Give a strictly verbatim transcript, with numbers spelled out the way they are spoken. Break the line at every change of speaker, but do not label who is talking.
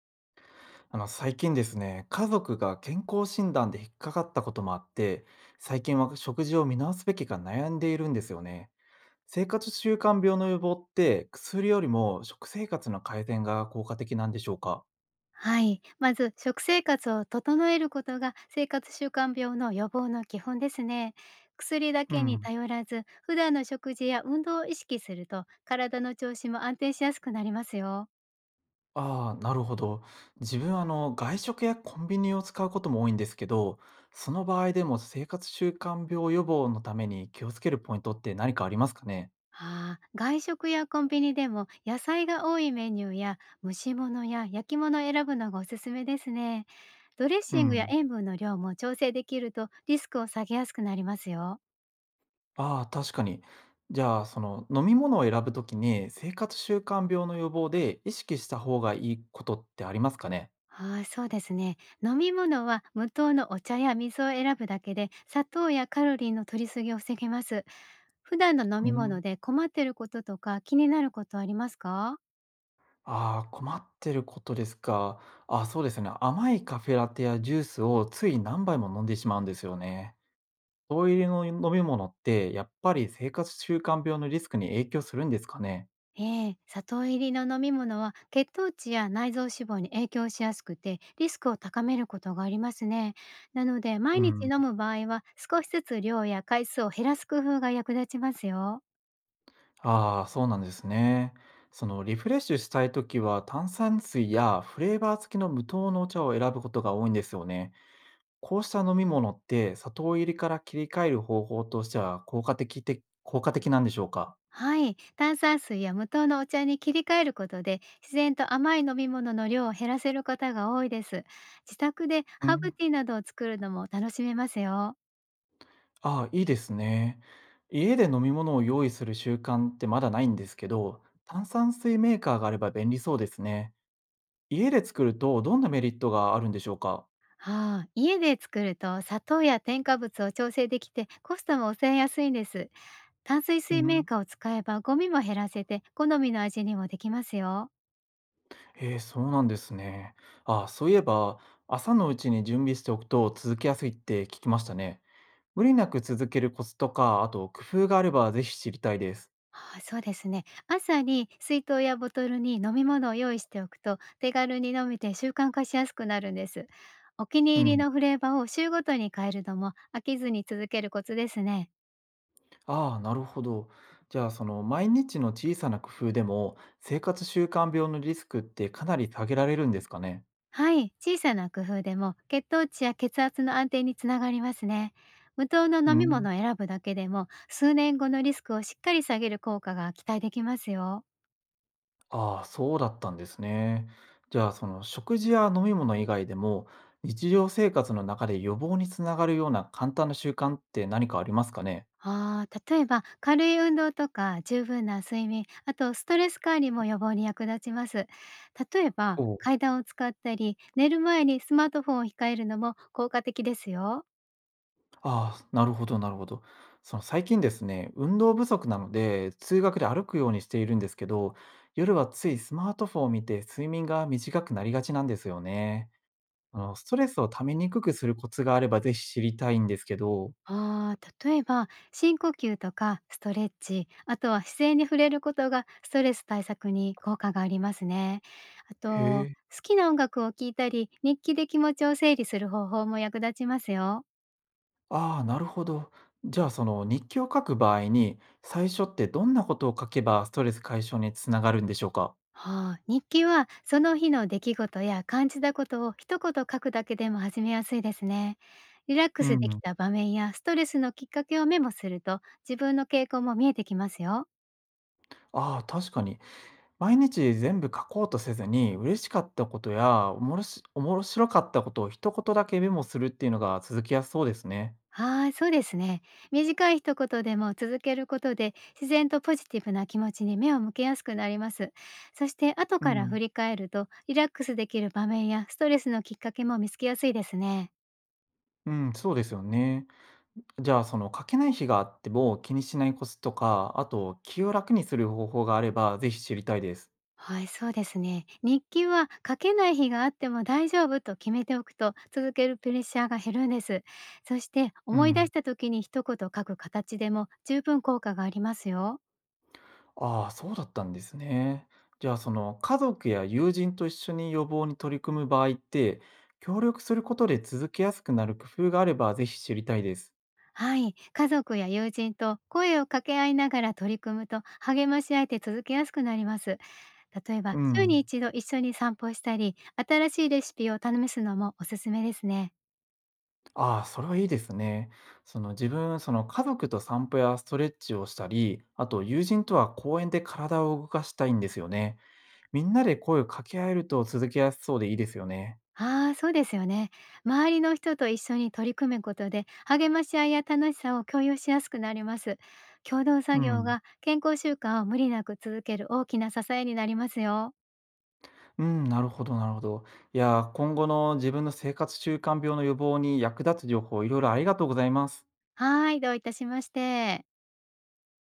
あの、最近ですね、家族が健康診断で引っかかったこともあって、最近は食事を見直すべきか悩んでいるんですよね。生活習慣病の予防って、薬よりも食生活の改善が効果的なんでしょうか。
はい。まず、食生活を整えることが生活習慣病の予防の基本ですね。薬だ
う
けに
ん、
頼らず、普段の食事や運動を意識すると、体の調子も安定しやすくなりますよ。
ああ、なるほど。自分、あの、外食やコンビニを使うことも多いんですけど、その場合でも生活習慣病予防のために気をつけるポイントって何かありますかね。
ああ、外食やコンビニでも野菜が多いメニューや蒸し物や焼き物を選ぶのがおすすめですね。ドレッ
う
シングや
ん。
塩分の量も調整できるとリスクを下げやすくなりますよ。
ああ、確かに。じゃあ、その飲み物を選ぶときに、生活習慣病の予防で意識した方がいいことってありますかね？
はい、そうですね。飲み物は無糖のお茶や水を選ぶだけで、砂糖やカロリーの取りすぎを防げます。普段の飲
う
み物
ん。
で困ってることとか気になることありますか？
ああ、困ってることですか。あ、そうですね。甘いカフェラテやジュースをつい何杯も飲んでしまうんですよね。糖入りの飲み物って、やっぱり生活習慣病のリスクに影響するんですかね？
ええ、砂糖入りの飲み物は血糖値や内臓脂肪に影響しやすくてリスクを高めることがありますね。なので、毎
う
日
ん。
飲む場合は少しずつ量や回数を減らす工夫が役立ちますよ。
ああ、そうなんですね。そのリフレッシュしたいときは炭酸水やフレーバー付きの無糖のお茶を選ぶことが多いんですよね。こうした飲み物って砂糖入りから切り替える方法としては効果的て効果的なんでしょうか。
はい、炭酸水や無糖のお茶に切り替えることで、自然と甘い飲み物の量を減らせる方が多いです。自宅で
う
ハーブ
ん、
ティーなどを作るのも楽しめますよ。
ああ、いいですね。家で飲み物を用意する習慣ってまだないんですけど、炭酸水メーカーがあれば便利そうですね。家で作るとどんなメリットがあるんでしょうか。
はあ、家で作ると砂糖や添加物を調整できて、コストも抑えやすいんです。炭水
う
水メー
ん。
カーを使えばゴミも減らせて、好みの味にもできますよ。
へえ、そうなんですね。あ、そういえば、朝のうちに準備しておくと続けやすいって聞きましたね。無理なく続けるコツとか、あと工夫があればぜひ知りたいです。
ああ、そうですね。朝に水筒やボトルに飲み物を用意しておくと、手軽に飲めて習慣化しやすくなるんです。お気
う
に入り
ん。
のフレーバーを週ごとに変えるのも、飽きずに続けるコツですね。
ああ、なるほど。じゃあ、その毎日の小さな工夫でも、生活習慣病のリスクってかなり下げられるんですかね。
はい、小さな工夫でも血糖値や血圧の安定につながりますね。無糖の
う
飲み
ん。
物を選ぶだけでも、数年後のリスクをしっかり下げる効果が期待できますよ。
ああ、そうだったんですね。じゃあ、その食事や飲み物以外でも、日常生活の中で予防につながるような簡単な習慣って何かありますかね。
ああ、例えば軽い運動とか十分な睡眠、あとストレス管理も予防に役立ちます。例えば
おお、
階段を使ったり、寝る前にスマートフォンを控えるのも効果的ですよ。
ああ、なるほどなるほど。その最近ですね、運動不足なので、通学で歩くようにしているんですけど、夜はついスマートフォンを見て睡眠が短くなりがちなんですよね。あの、ストレスをためにくくするコツがあればぜひ知りたいんですけど。
ああ、例えば深呼吸とかストレッチ、あとは自然に触れることがストレス対策に効果がありますね。あ
へ
と、
え、
好きな音楽を聴いたり、日記で気持ちを整理する方法も役立ちますよ。
ああ、なるほど。じゃあその日記を書く場合に、最初ってどんなことを書けばストレス解消につながるんでしょうか？
はあ、日記はその日の出来事や感じたことを一言書くだけでも始めやすいですね。リラック
う
スでき
ん、
た場面やストレスのきっかけをメモすると、自分の傾向も見えてきますよ。
ああ、確かに。毎日全部書こうとせずに、嬉しかったことや、おもろしおもろしろかったことを一言だけメモするっていうのが続きやすそうですね。
はい、そうですね。短い一言でも続けることで、自然とポジティブな気持ちに目を向けやすくなります。そして後
う
から振
ん。
り返ると、リラックスできる場面やストレスのきっかけも見つけやすいですね。
うん、そうですよね。じゃあ、その書けない日があっても気にしないコツとか、あと気を楽にする方法があれば、ぜひ知りたいです。
はい、そうですね。日記は書けない日があっても大丈夫と決めておくと、続けるプレッシャーが減るんです。そして
う
思い出
ん。
した時に一言書く形でも十分効果がありますよ。
ああ、そうだったんですね。じゃあ、その家族や友人と一緒に予防に取り組む場合って、協力することで続けやすくなる工夫があれば、ぜひ知りたいです。
はい、家族や友人と声を掛け合いながら取り組むと、励まし合えて続けやすくなります。例え
う
ば週
ん。
に一度一緒に散歩したり、新しいレシピを試すのもおすすめですね。
ああ、それはいいですね。その自分、その家族と散歩やストレッチをしたり、あと友人とは公園で体を動かしたいんですよね。みんなで声を掛け合えると続けやすそうでいいですよね。
ああ、そうですよね。周りの人と一緒に取り組むことで、励まし合いや楽しさを共有しやすくなります。共同作
う
業
ん。
が健康習慣を無理なく続ける大きな支えになりますよ。
うん、なるほど、なるほど。いやー、今後の自分の生活習慣病の予防に役立つ情報、いろいろありがとうございます。
はい、どういたしまして。